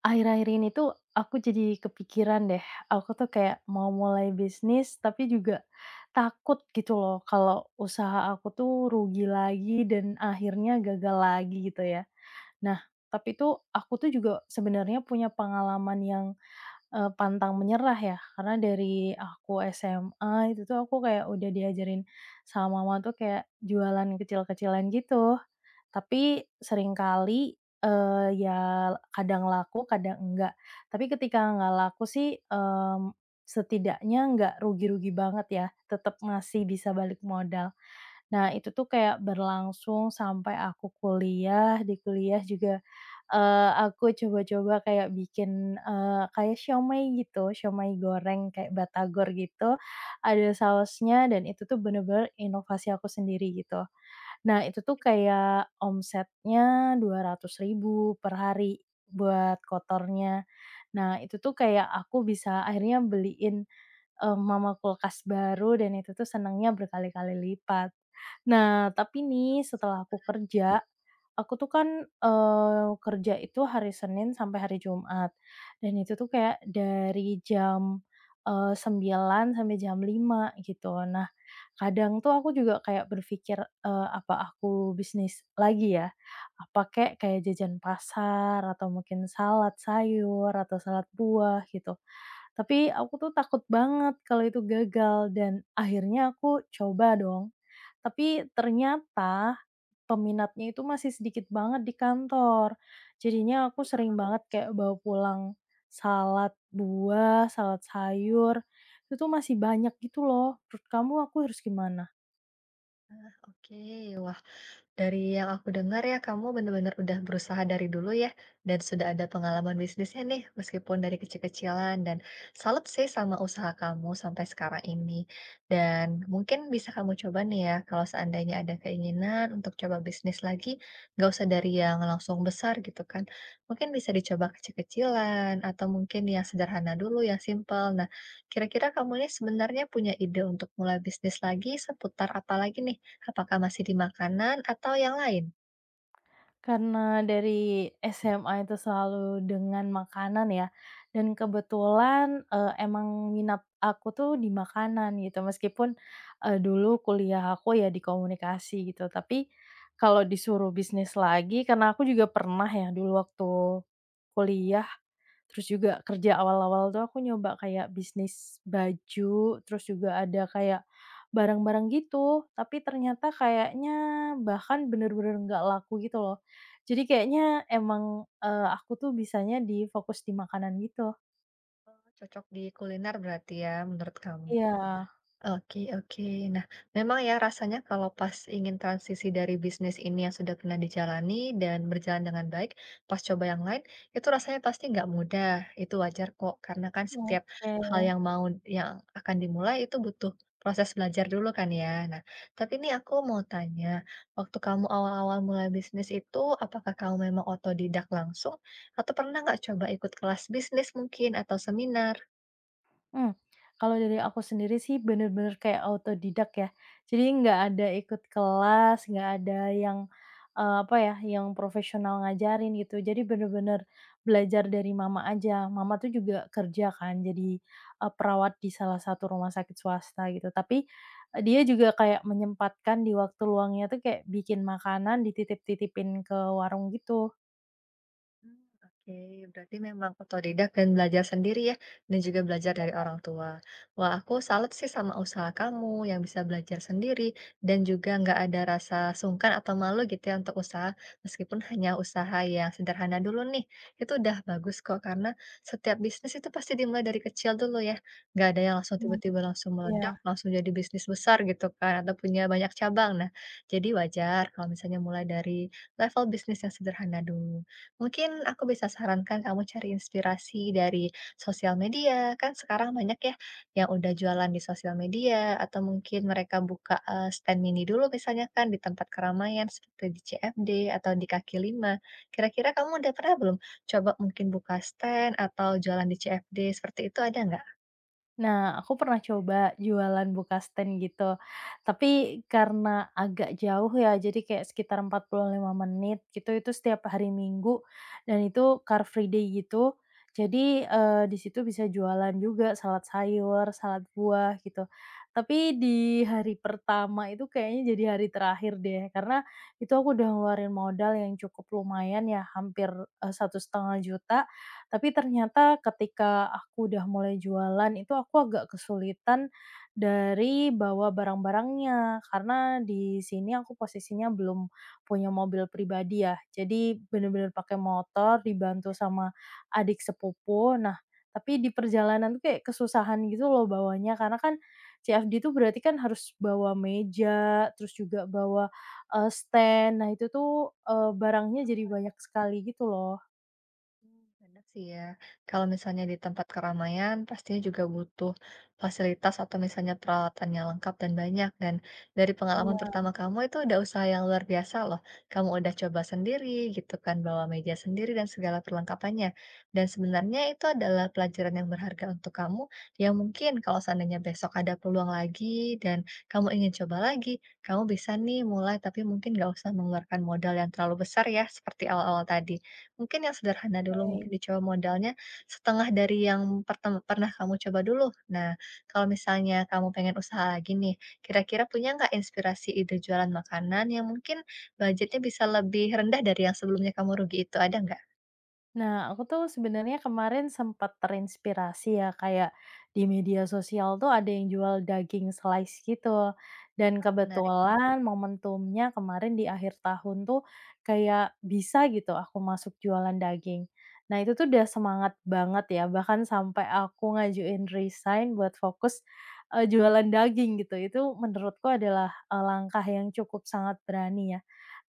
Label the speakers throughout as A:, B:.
A: Akhir-akhir ini tuh aku jadi kepikiran deh, aku tuh kayak mau mulai bisnis tapi juga takut gitu loh kalau usaha aku tuh rugi lagi dan akhirnya gagal lagi gitu ya. Nah, tapi tuh aku tuh juga sebenarnya punya pengalaman yang, pantang menyerah ya, karena dari aku SMA itu tuh aku kayak udah diajarin sama mama tuh kayak jualan kecil-kecilan gitu. Tapi seringkali, ya kadang laku, kadang enggak. Tapi ketika enggak laku sih, setidaknya enggak rugi-rugi banget ya, tetap masih bisa balik modal. Nah, itu tuh kayak berlangsung sampai aku kuliah, di kuliah juga, aku coba-coba kayak bikin, kayak siomay gitu, siomay goreng kayak batagor gitu, ada sausnya dan itu tuh bener-bener inovasi aku sendiri gitu. Nah, itu tuh kayak omsetnya 200.000 per hari buat kotornya. Nah, itu tuh kayak aku bisa akhirnya beliin, mama kulkas baru dan itu tuh senangnya berkali-kali lipat. Nah, tapi nih setelah aku kerja, aku tuh kan, kerja itu hari Senin sampai hari Jumat, dan itu tuh kayak dari jam, 9.00 sampai jam 5 gitu. Nah, kadang tuh aku juga kayak berpikir, "Apa aku bisnis lagi ya? Apa kayak kayak jajan pasar atau mungkin salad sayur atau salad buah," gitu. Tapi aku tuh takut banget kalau itu gagal dan akhirnya aku coba dong. Tapi ternyata peminatnya itu masih sedikit banget di kantor. Jadinya aku sering banget kayak bawa pulang salad buah, salad sayur, itu tuh masih banyak gitu loh. Menurut kamu aku harus gimana?
B: Oke, wah, dari yang aku dengar ya kamu benar-benar udah berusaha dari dulu ya dan sudah ada pengalaman bisnisnya nih meskipun dari kecil-kecilan dan salut sih sama usaha kamu sampai sekarang ini. Dan mungkin bisa kamu coba nih ya kalau seandainya ada keinginan untuk coba bisnis lagi, nggak usah dari yang langsung besar gitu kan. Mungkin bisa dicoba kecil-kecilan atau mungkin yang sederhana dulu, yang simple. Kira-kira kamunya sebenarnya punya ide untuk mulai bisnis lagi seputar apa lagi nih? Apakah masih di makanan atau yang lain?
A: Karena dari SMA itu selalu dengan makanan ya, dan kebetulan, emang minat aku tuh di makanan gitu, meskipun, dulu kuliah aku ya di komunikasi gitu, tapi kalau disuruh bisnis lagi karena aku juga pernah ya dulu waktu kuliah, terus juga kerja awal-awal tuh aku nyoba kayak bisnis baju, terus juga ada kayak barang-barang gitu, tapi ternyata kayaknya bahkan bener-bener nggak laku gitu loh. Jadi kayaknya emang, aku tuh bisanya di fokus di makanan gitu.
B: Cocok di kuliner berarti ya menurut kamu.
A: Iya,
B: Oke, oke. Nah, memang ya rasanya kalau pas ingin transisi dari bisnis ini yang sudah pernah dijalani dan berjalan dengan baik, pas coba yang lain, itu rasanya pasti nggak mudah. Itu wajar kok, karena kan setiap hal
A: oke.
B: yang mau yang akan dimulai itu butuh proses belajar dulu kan ya. Nah, tapi ini aku mau tanya, waktu kamu awal-awal mulai bisnis itu, apakah kamu memang otodidak langsung, atau pernah nggak coba ikut kelas bisnis mungkin, atau seminar?
A: Mmm, kalau dari aku sendiri sih bener-bener kayak autodidak ya. Jadi nggak ada ikut kelas, nggak ada yang, apa ya, yang profesional ngajarin gitu. Jadi bener-bener belajar dari mama aja. Mama tuh juga kerja kan jadi, perawat di salah satu rumah sakit swasta gitu. Tapi, dia juga kayak menyempatkan di waktu luangnya tuh kayak bikin makanan dititip-titipin ke warung gitu.
B: Mmm, oke, berarti memang otodidak dan belajar sendiri ya, dan juga belajar dari orang tua. Wah, aku salut sih sama usaha kamu yang bisa belajar sendiri dan juga nggak ada rasa sungkan atau malu gitu ya untuk usaha, meskipun hanya usaha yang sederhana dulu nih, itu udah bagus kok karena setiap bisnis itu pasti dimulai dari kecil dulu ya, nggak ada yang langsung
A: Mmm.
B: tiba-tiba langsung
A: Iya.
B: meledak, langsung jadi bisnis besar gitu kan atau punya banyak cabang. Nah, jadi wajar kalau misalnya mulai dari level bisnis yang sederhana dulu. Mungkin aku bisa sarankan kamu cari inspirasi dari sosial media. Kan sekarang banyak ya yang udah jualan di sosial media atau mungkin mereka buka stand mini dulu misalnya kan di tempat keramaian seperti di CFD atau di kaki lima. Kira-kira kamu udah pernah belum coba mungkin buka stand atau jualan di CFD seperti itu ada nggak?
A: Nah, aku pernah coba jualan buka stand gitu. Tapi karena agak jauh ya, jadi kayak sekitar 45 menit gitu, itu setiap hari Minggu dan itu Car Free Day gitu. Jadi, di situ bisa jualan juga salad sayur, salad buah gitu. Tapi di hari pertama itu kayaknya jadi hari terakhir deh, karena itu aku udah ngeluarin modal yang cukup lumayan ya hampir, 1,5 juta tapi ternyata ketika aku udah mulai jualan itu aku agak kesulitan dari bawa barang-barangnya, karena di sini aku posisinya belum punya mobil pribadi ya, jadi bener-bener pakai motor dibantu sama adik sepupu. Nah, tapi di perjalanan tuh kayak kesusahan gitu loh bawanya, karena kan CFD itu berarti kan harus bawa meja, terus juga bawa, stand. Nah itu tuh, barangnya jadi banyak sekali gitu loh.
B: Mmm, bener sih ya. Kalau misalnya di tempat keramaian pastinya juga butuh fasilitas atau misalnya peralatan yang lengkap dan banyak dan dari pengalaman
A: Iya.
B: pertama kamu itu udah usaha yang luar biasa loh. Kamu udah coba sendiri gitu kan, bawa meja sendiri dan segala perlengkapannya. Dan sebenarnya itu adalah pelajaran yang berharga untuk kamu yang mungkin kalau seandainya besok ada peluang lagi dan kamu ingin coba lagi, kamu bisa nih mulai tapi mungkin nggak usah mengeluarkan modal yang terlalu besar ya seperti awal-awal tadi. Mungkin yang sederhana dulu, mungkin dicoba modalnya setengah dari yang pertem pernah kamu coba dulu. Nah, kalau misalnya kamu pengen usaha lagi nih, kira-kira punya nggak inspirasi ide jualan makanan yang mungkin budgetnya bisa lebih rendah dari yang sebelumnya kamu rugi itu, ada nggak?
A: Nah, aku tuh sebenarnya kemarin sempat terinspirasi ya, kayak di media sosial tuh ada yang jual daging slice gitu. Dan
B: Menarik tuh,
A: kebetulan momentumnya kemarin di akhir tahun tuh kayak bisa gitu aku masuk jualan daging. Nah, itu tuh udah semangat banget ya, bahkan sampai aku ngajuin resign buat fokus jualan daging gitu. Itu menurutku adalah langkah yang cukup sangat berani ya.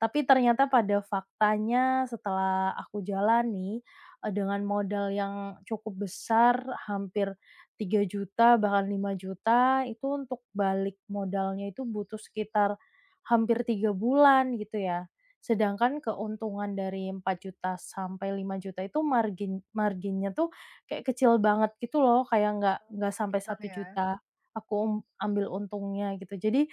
A: Tapi ternyata pada faktanya setelah aku jalani, dengan modal yang cukup besar hampir 3 juta bahkan 5 juta itu untuk balik modalnya itu butuh sekitar hampir 3 bulan gitu ya. Sedangkan keuntungan dari 4 juta sampai 5 juta itu marginnya tuh kayak kecil banget gitu loh, kayak nggak sampai
B: seimbang
A: satu
B: ya.
A: juta aku ambil untungnya gitu. Jadi,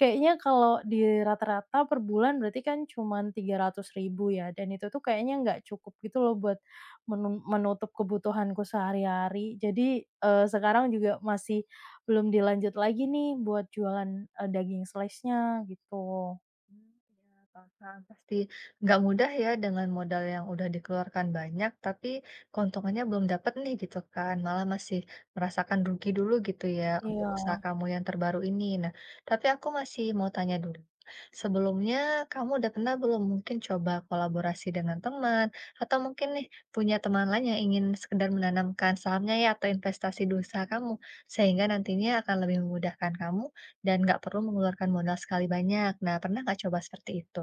A: kayaknya kalau di rata-rata per bulan berarti kan cuman 300.000 ya, dan itu tuh kayaknya nggak cukup gitu loh buat menutup kebutuhanku sehari-hari. Jadi, sekarang juga masih belum dilanjut lagi nih buat jualan, daging slice-nya gitu.
B: Mmm, iya paham, pasti nggak mudah ya dengan modal yang udah dikeluarkan banyak, tapi keuntungannya belum dapat nih gitu kan, malah masih merasakan rugi dulu gitu ya untuk usaha
A: Iya.
B: kamu yang terbaru ini. Nah, tapi aku masih mau tanya dulu, sebelumnya kamu udah pernah belum mungkin coba kolaborasi dengan teman atau mungkin nih punya teman lain yang ingin sekedar menanamkan sahamnya ya atau investasi di usaha kamu, sehingga nantinya akan lebih memudahkan kamu? Dan nggak perlu mengeluarkan modal sekali banyak. Nah, pernah nggak coba seperti itu?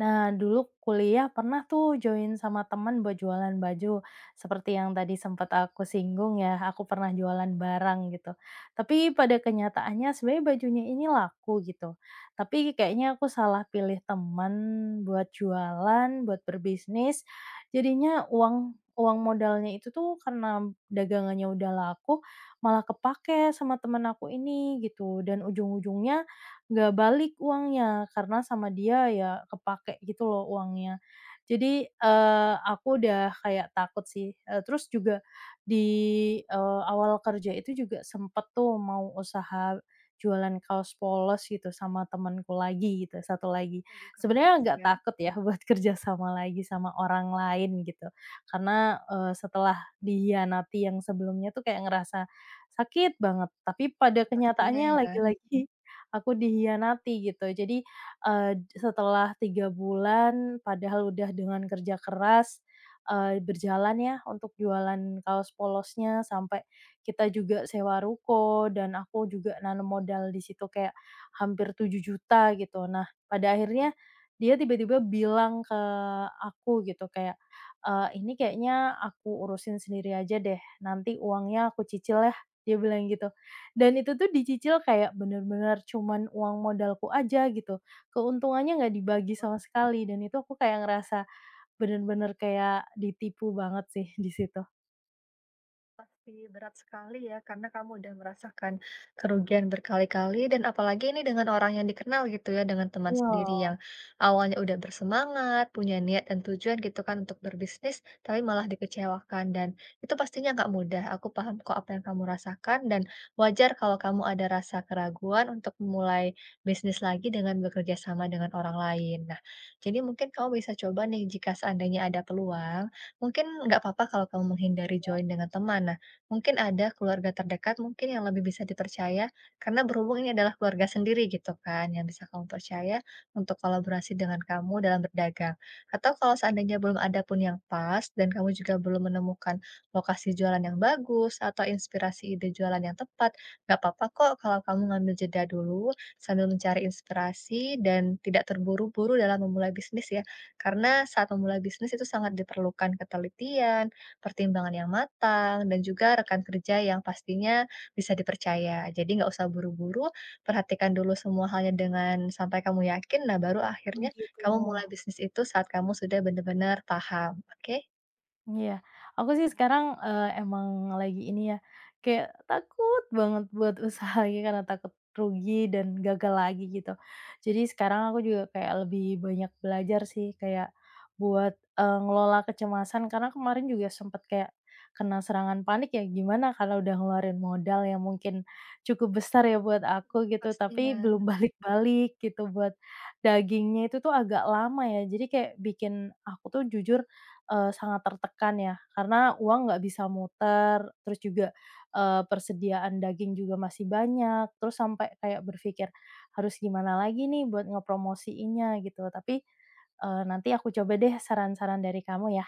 A: Nah, dulu kuliah pernah tuh join sama teman buat jualan baju. Seperti yang tadi sempat aku singgung ya, aku pernah jualan barang gitu. Tapi pada kenyataannya sebenarnya bajunya ini laku gitu. Tapi kayaknya aku salah pilih teman buat jualan, buat berbisnis. Jadinya uang uang modalnya itu tuh karena dagangannya udah laku malah kepake sama temen aku ini gitu dan ujung-ujungnya nggak balik uangnya, karena sama dia ya kepake gitu loh uangnya. Jadi, aku udah kayak takut sih, terus juga di, awal kerja itu juga sempet tuh mau usaha jualan kaos polos gitu sama temenku lagi gitu, satu lagi.
B: Waduh, kalau
A: Sebenarnya agak
B: ya.
A: takut ya buat kerja sama lagi sama orang lain gitu, karena, setelah dihianati yang sebelumnya tuh kayak ngerasa sakit banget, tapi pada
B: Pastinya
A: kenyataannya
B: ya.
A: lagi-lagi aku dihianati gitu. Jadi, setelah 3 bulan padahal udah dengan kerja keras, berjalan ya untuk jualan kaos polosnya sampai kita juga sewa ruko dan aku juga nanam modal di situ kayak hampir 7 juta gitu. Nah, pada akhirnya dia tiba-tiba bilang ke aku gitu kayak, "Ini kayaknya aku urusin sendiri aja deh, nanti uangnya aku cicil ya," dia bilang gitu. Dan itu tuh dicicil kayak bener-bener cuman uang modalku aja gitu, keuntungannya nggak dibagi sama sekali dan itu aku kayak ngerasa bener-bener kayak ditipu banget sih di situ.
B: Pasti berat sekali ya, karena kamu udah merasakan kerugian berkali-kali dan apalagi ini dengan orang yang dikenal gitu ya, dengan teman
A: Iya,
B: sendiri yang awalnya udah bersemangat, punya niat dan tujuan gitu kan untuk berbisnis, tapi malah dikecewakan dan itu pastinya nggak mudah. Aku paham kok apa yang kamu rasakan dan wajar kalau kamu ada rasa keraguan untuk memulai bisnis lagi dengan bekerja sama dengan orang lain. Nah, jadi mungkin kamu bisa coba nih jika seandainya ada peluang. Mungkin nggak apa-apa kalau kamu menghindari join dengan teman. Nah, mungkin ada keluarga terdekat mungkin yang lebih bisa dipercaya karena berhubung ini adalah keluarga sendiri gitu kan yang bisa kamu percaya untuk kolaborasi dengan kamu dalam berdagang. Atau kalau seandainya belum ada pun yang pas dan kamu juga belum menemukan lokasi jualan yang bagus atau inspirasi ide jualan yang tepat, nggak apa-apa kok kalau kamu ngambil jeda dulu sambil mencari inspirasi dan tidak terburu-buru dalam memulai bisnis ya. Karena saat memulai bisnis itu sangat diperlukan ketelitian, pertimbangan yang matang, dan juga rekan kerja yang pastinya bisa dipercaya. Jadi nggak usah buru-buru, perhatikan dulu semua halnya dengan sampai kamu yakin, nah baru akhirnya
A: gitu.
B: kamu mulai bisnis itu saat kamu sudah benar-benar paham, oke?
A: Iya, aku sih sekarang, emang lagi ini ya, kayak takut banget buat usaha lagi karena takut rugi dan gagal lagi gitu. Jadi sekarang aku juga kayak lebih banyak belajar sih kayak buat, ngelola kecemasan karena kemarin juga sempat kayak kena serangan panik ya gimana kalau udah ngeluarin modal yang mungkin cukup besar ya buat aku gitu, tapi
B: Pastinya.
A: belum balik-balik gitu buat dagingnya itu tuh agak lama ya. Jadi kayak bikin aku tuh jujur, sangat tertekan ya, karena uang nggak bisa muter, terus juga, persediaan daging juga masih banyak, terus sampai kayak berpikir, "Harus gimana lagi nih buat ngepromosiinnya?" Gitu. Tapi, nanti aku coba deh saran-saran dari kamu ya.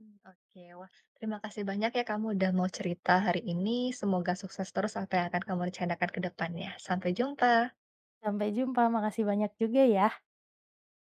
B: Mmm, oke. Wah, terima kasih banyak ya kamu udah mau cerita hari ini, semoga sukses terus apa yang akan kamu rencanakan ke depannya. Sampai jumpa.
A: Sampai jumpa, makasih banyak juga ya.